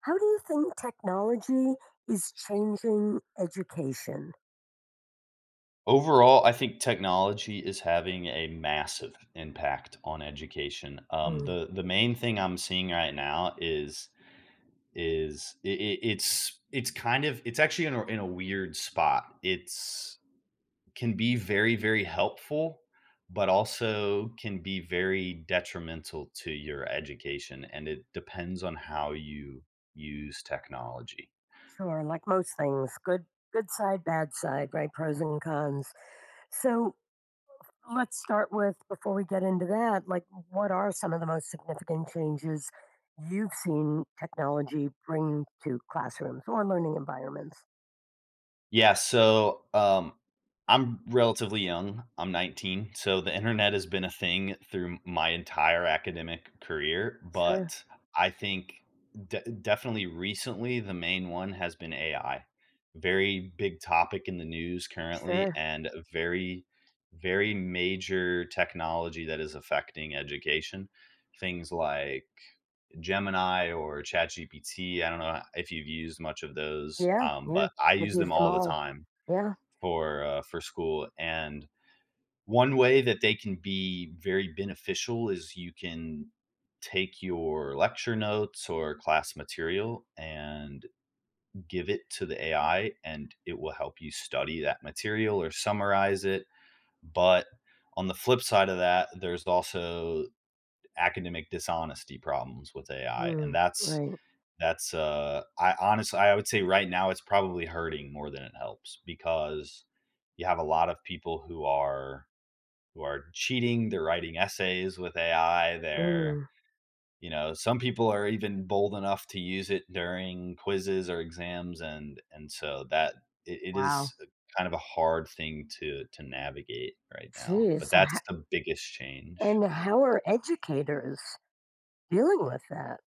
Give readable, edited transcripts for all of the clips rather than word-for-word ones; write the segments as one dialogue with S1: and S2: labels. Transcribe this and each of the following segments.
S1: How do you think technology is changing education?
S2: Overall, I think technology is having a massive impact on education. Um,
S1: Mm.
S2: the the main thing I'm seeing right now is I it's kind of it's actually in a weird spot. It's can be very, very helpful, but also can be very detrimental to your education. And it depends on how you use technology.
S1: Sure, like most things, good side, bad side, right? Pros and cons. So let's start with before we get into that, like what are some of the most significant changes you've seen technology bring to classrooms or learning environments?
S2: Yeah, so, I'm relatively young, I'm 19, so the internet has been a thing through my entire academic career,
S1: Sure,
S2: but I think de definitely recently, the main one has been AI. Very big topic in the news currently
S1: sure.
S2: and a very, very major technology that is affecting education. Things like Gemini or ChatGPT. I don't know if you've used much of those,
S1: Yeah, yeah.
S2: but I
S1: I've
S2: use them
S1: used them
S2: all the
S1: all.
S2: time
S1: Yeah.
S2: for school. And one way that they can be very beneficial is you can take your lecture notes or class material and give it to the AI, and it will help you study that material or summarize it. But on the flip side of that, there's also academic dishonesty problems with AI, and
S1: Mm,
S2: that's
S1: right.
S2: that's, uh I honestly I would say right now it's probably hurting more than it helps because you have a lot of people who are cheating, they're writing essays with AI, they're
S1: Mm,
S2: you know, some people are even bold enough to use it during quizzes or exams and so that it
S1: wow.
S2: is kind of a hard thing to navigate right now,
S1: Geez.
S2: but
S1: So,
S2: that's the biggest change.
S1: and how are educators dealing with that?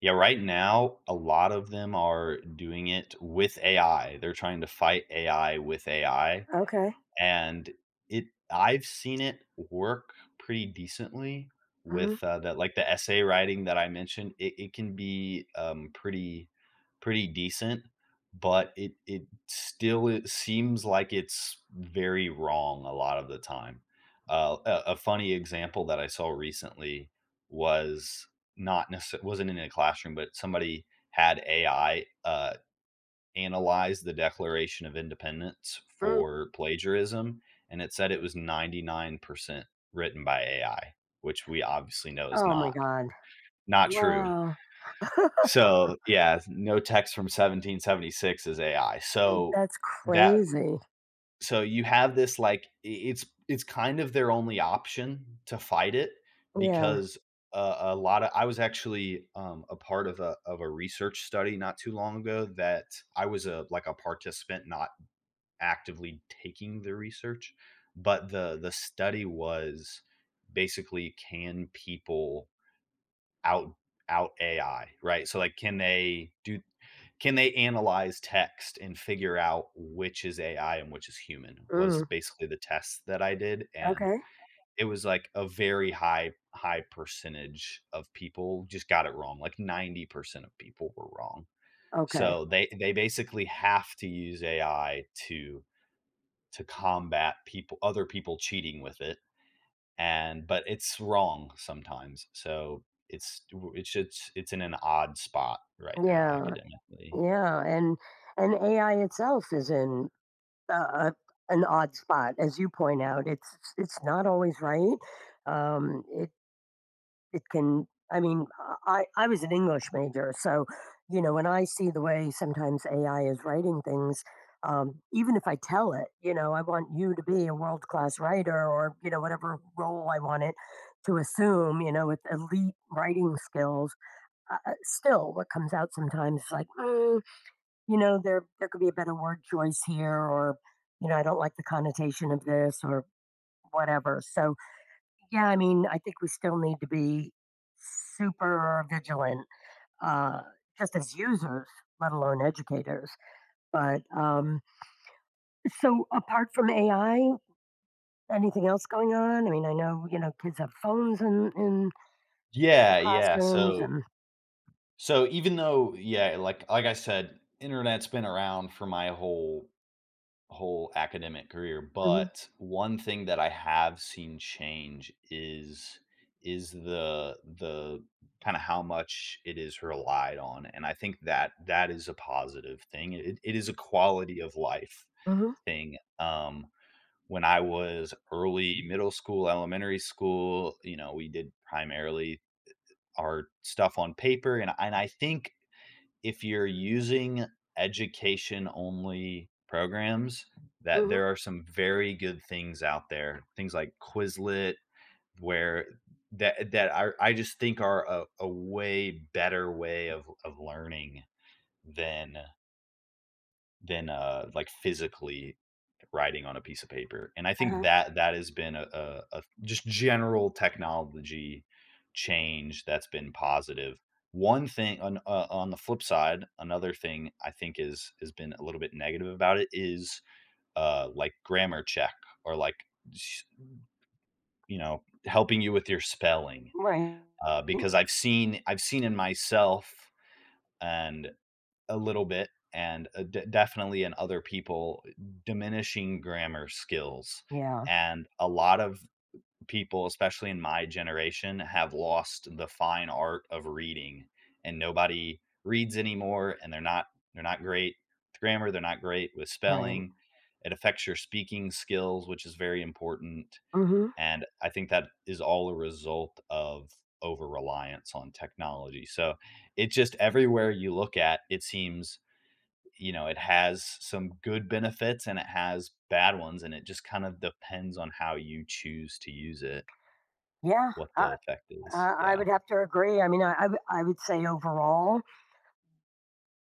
S2: Yeah, right now, a lot of them are doing it with AI. They're trying to fight AI with AI.
S1: Okay.
S2: And it I've seen it work pretty decently with,
S1: Mhm.
S2: that like the essay writing that I mentioned, it can be, pretty pretty decent, but it still it seems like it's very wrong a lot of the time. A a funny example that I saw recently was not necessarily wasn't in a classroom, but somebody had AI, analyzed the Declaration of Independence
S1: Mm.
S2: for plagiarism, and it said it was 99% written by AI, which we obviously know is
S1: Oh my
S2: not
S1: god.
S2: not true.
S1: Wow,
S2: So, yeah, no text from 1776 is AI. So
S1: that's
S2: that
S1: crazy.
S2: so you have this like it's kind of their only option to fight it
S1: Yeah.
S2: because a lot of I was actually a part of a research study not too long ago that I was a like a participant, not actively taking the research, but the study was basically can people out out AI, right? So like can they do can they analyze text and figure out which is AI and which is human was
S1: Mm.
S2: basically the test that I did and
S1: Okay.
S2: it was like a very high high percentage of people just got it wrong. Like 90% of people were wrong.
S1: Okay.
S2: So they basically have to use AI to combat people other people cheating with it and but it's wrong sometimes so it's it's it's in an odd spot right now
S1: Yeah.
S2: academically.
S1: Yeah. And AI itself is in uh, uh, an odd spot, as you point out. It's not always right. It can. I was an English major, so you know when I see the way sometimes AI is writing things. Even if I tell it, you know, I want you to be a world class writer, or, you know, whatever role I want it to assume, you know, with elite writing skills, still what comes out sometimes is like, mm, you know, there could be a better word choice here, or, you know, I don't like the connotation of this, or whatever. So yeah, I mean, I think we still need to be super vigilant, uh, just as users, let alone educators. But so, apart from AI, anything else going on? I mean, I know, you know, kids have phones in the
S2: Yeah, yeah,
S1: classrooms,
S2: so
S1: and
S2: so even though, yeah, like I said internet's been around for my whole whole academic career,
S1: hmm
S2: but one thing that I have seen change is the kind of how much it is relied on, and I think that that is a positive thing. It is a quality of life
S1: hmm
S2: thing. When I was early middle school, elementary school, you know, we did primarily our stuff on paper, and I think if you're using education only programs, that
S1: hmm
S2: there are some very good things out there, things like Quizlet, where that that I just think are a way better way of learning than like, physically writing on a piece of paper, and I think
S1: uh
S2: that that has been a just general technology change that's been positive. One thing on the flip side, another thing I think is has been a little bit negative about it is, like, grammar check or, like, sh you know, helping you with your spelling,
S1: right,
S2: because I've seen in myself and a little bit and definitely in other people diminishing grammar skills
S1: yeah,
S2: and a lot of people, especially in my generation, have lost the fine art of reading, and nobody reads anymore, and they're not great with grammar, they're not great with
S1: right,
S2: spelling, it affects your speaking skills, which is very important,
S1: hmm
S2: and I think that is all a result of over reliance on technology. So it just everywhere you look at it seems you know, it has some good benefits and it has bad ones, and it just kind of depends on how you choose to use it,
S1: yeah.
S2: what
S1: I,
S2: the effect is.
S1: I
S2: Yeah.
S1: would have to agree. I mean, I would say overall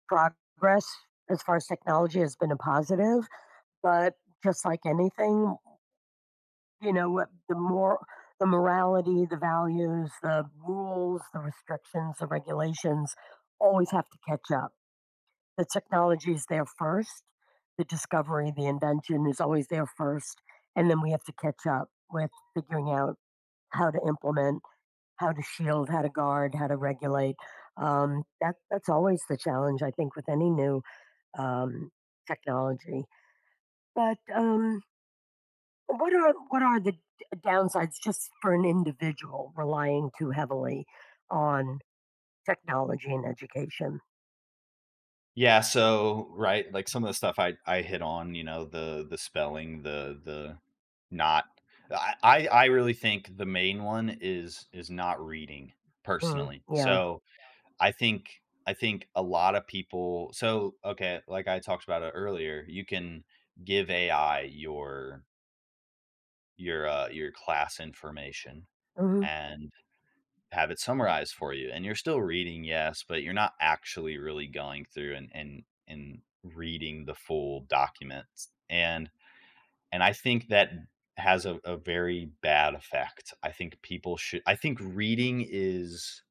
S1: progress as far as technology has been a positive. But just like anything, you know, what the more the morality, the values, the rules, the restrictions, the regulations always have to catch up. The technology is there first, the discovery, the invention is always there first, and then we have to catch up with figuring out how to implement, how to shield, how to guard, how to regulate. That's always the challenge, I think, with any new um, technology. But what are the d downsides just for an individual relying too heavily on technology and education?
S2: Yeah, so right, like some of the stuff I hit on, you know, the spelling, the not I really think the main one is not reading
S1: Mm,
S2: personally.
S1: yeah.
S2: So, I think I think a lot of people so okay, like I talked about it earlier, you can give AI your class information
S1: Mhm,
S2: and have it summarized for you, and you're still reading, yes, but you're not actually really going through and reading the full documents, and I think that has a very bad effect. I think reading is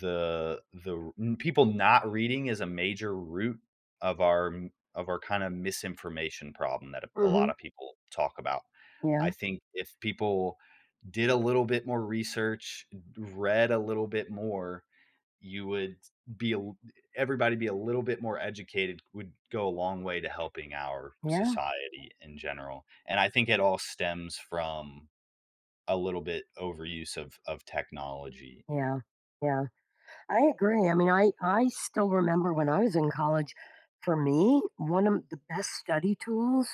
S2: the n people not reading is a major root of our m of our kinda misinformation problem that a
S1: mhm.
S2: lot of people talk about.
S1: Yeah,
S2: I think if people did a little bit more research, read a little bit more, you would be a l everybody be a little bit more educated would go a long way to helping our
S1: yeah,
S2: society in general, and I think it all stems from a little bit overuse of technology.
S1: yeah, yeah. I agree. I mean, I still remember when I was in college, for me, one of the best study tools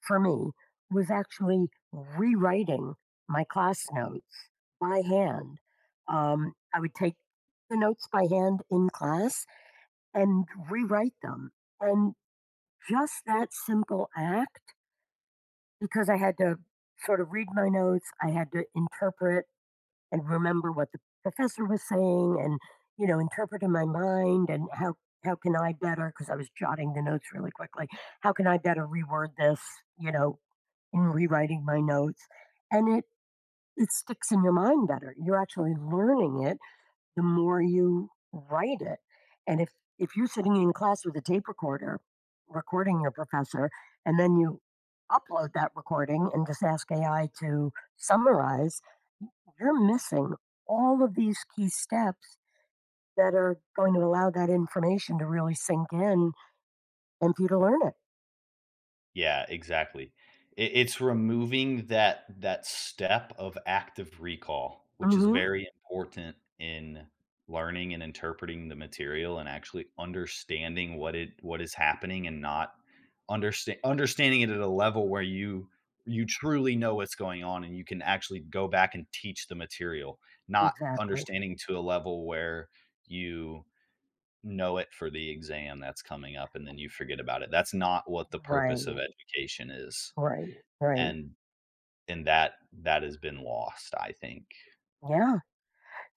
S1: for me was actually rewriting my class notes by hand. I would take the notes by hand in class and rewrite them. And just that simple act, because I had to sort of read my notes, I had to interpret and remember what the professor was saying and, you know, interpret in my mind and how can I better, because I was jotting the notes really quickly, how can I better reword this, you know, in rewriting my notes? And it sticks in your mind better. You're actually learning it the more you write it. And if you're sitting in class with a tape recorder recording your professor and then you upload that recording and just ask AI to summarize, you're missing all of these key steps that are going to allow that information to really sink in and for you to learn it.
S2: Yeah, exactly. It's removing that that step of active recall, which is
S1: Hmm.
S2: very important in learning and interpreting the material and actually understanding what it what is happening and not understanding it at a level where you truly know what's going on and you can actually go back and teach the material, not
S1: Exactly.
S2: understanding to a level where you know it for the exam that's coming up and then you forget about it. That's not what the purpose of
S1: Right.
S2: education is.
S1: Right. Right.
S2: And and that that has been lost, I think.
S1: Yeah.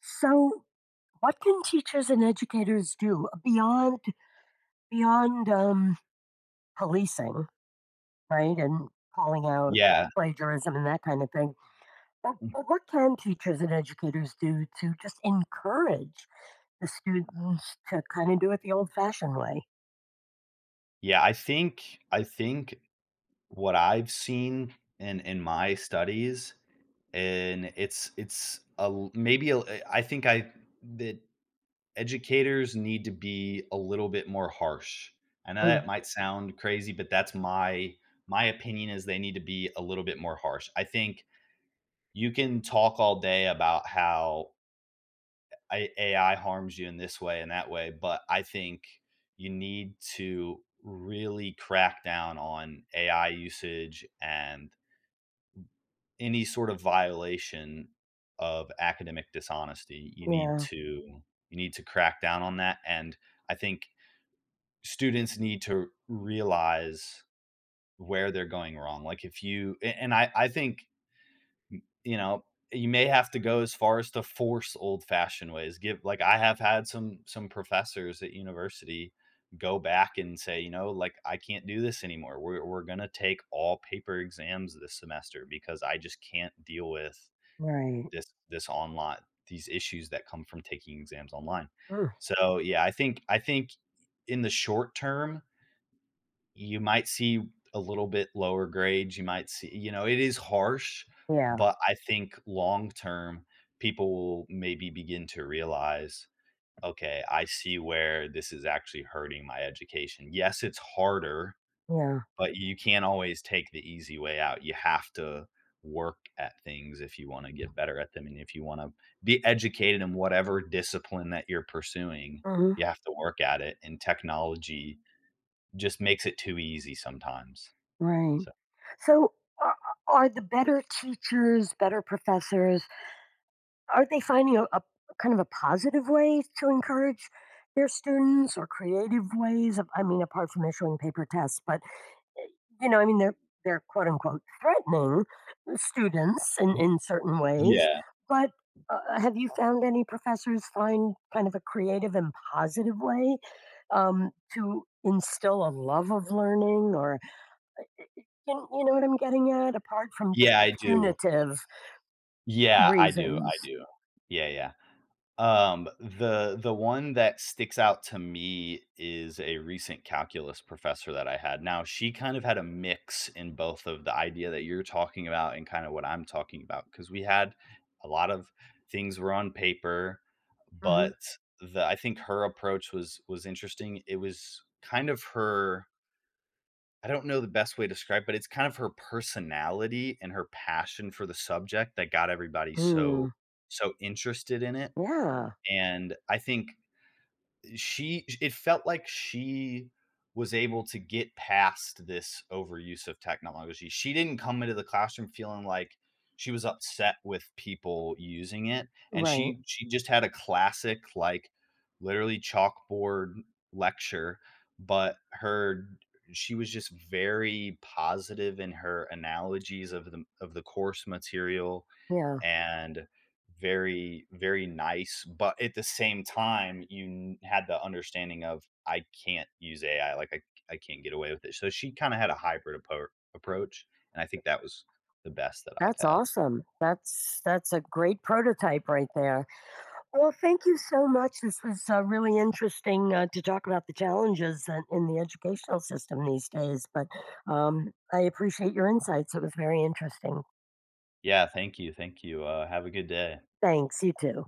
S1: So what can teachers and educators do beyond beyond um, policing, right? And calling out
S2: Yeah.
S1: plagiarism and that kind of thing. But what can teachers and educators do to just encourage the students to kind of do it the old fashioned way?
S2: I think what I've seen in my studies and it's a l- maybe a, eh, I think I that educators need to be a little bit more harsh. I know that
S1: Mm,
S2: might sound crazy, but that's my opinion is they need to be a little bit more harsh. I think you can talk all day about how AI harms you in this way and that way, but I think you need to really crack down on AI usage and any sort of violation of academic dishonesty.
S1: yeah,
S2: You need to crack down on that, and I think students need to realize where they're going wrong. Like if you a- and I think you know, you may have to go as far as to force old fashioned ways. Give like I have had some professors at university go back and say, you know, like I can't do this anymore. We're gonna take all paper exams this semester because I just can't deal with
S1: right.
S2: this this online these issues that come from taking exams online.
S1: Mm,
S2: So yeah, I think in the short term, you might see a little bit lower grades. You might see, you know, it is harsh,
S1: yeah,
S2: but I think long term, people will maybe begin to realize, okay, I see where this is actually hurting my education. Yes, it's harder,
S1: yeah,
S2: but you can't always take the easy way out. You have to work at things if you want to get better at them, and if you want to be educated in whatever discipline that you're pursuing
S1: mhm,
S2: you have to work at it, and technology just makes it too easy sometimes
S1: right.
S2: so
S1: So, are, are the better teachers, better professors, are they finding a kind of a positive way to encourage their students or creative ways of, I mean, apart from issuing paper tests, but you know, I mean, they're quote unquote threatening students in certain ways,
S2: Yeah.
S1: but have you found any professors find kind of a creative and positive way to instill a love of learning, or you know what I'm getting at apart from just
S2: Yeah,
S1: the
S2: I do.
S1: punitive reasons?
S2: I do. Yeah, yeah. The one that sticks out to me is a recent calculus professor that I had. Now, she kind of had a mix in both of the idea that you're talking about and kinda what I'm talking about because we had a lot of things were on paper,
S1: Hmm.
S2: but the I think her approach was interesting. It was kind of her I don't know the best way to describe, but it's kind of her personality and her passion for the subject that got everybody so
S1: Mm,
S2: so interested in it,
S1: yeah,
S2: and I think she it felt like she was able to get past this overuse of technology. She didn't come into the classroom feeling like she was upset with people using it, and
S1: right.
S2: she just had a classic, like, literally chalkboard lecture, but her she was just very positive in her analogies of the course material
S1: Yeah,
S2: and very, very nice, but at the same time, you had the understanding of I can't use AI, like I can't get away with it. So she kind of had a hybrid approach, and I think that was the best that I've
S1: that's
S2: had.
S1: awesome. That's a great prototype right there. Well, thank you so much. This was really interesting to talk about the challenges in the educational system these days. But I appreciate your insights. It was very interesting.
S2: Thank you. Have a good day.
S1: Thanks. You too.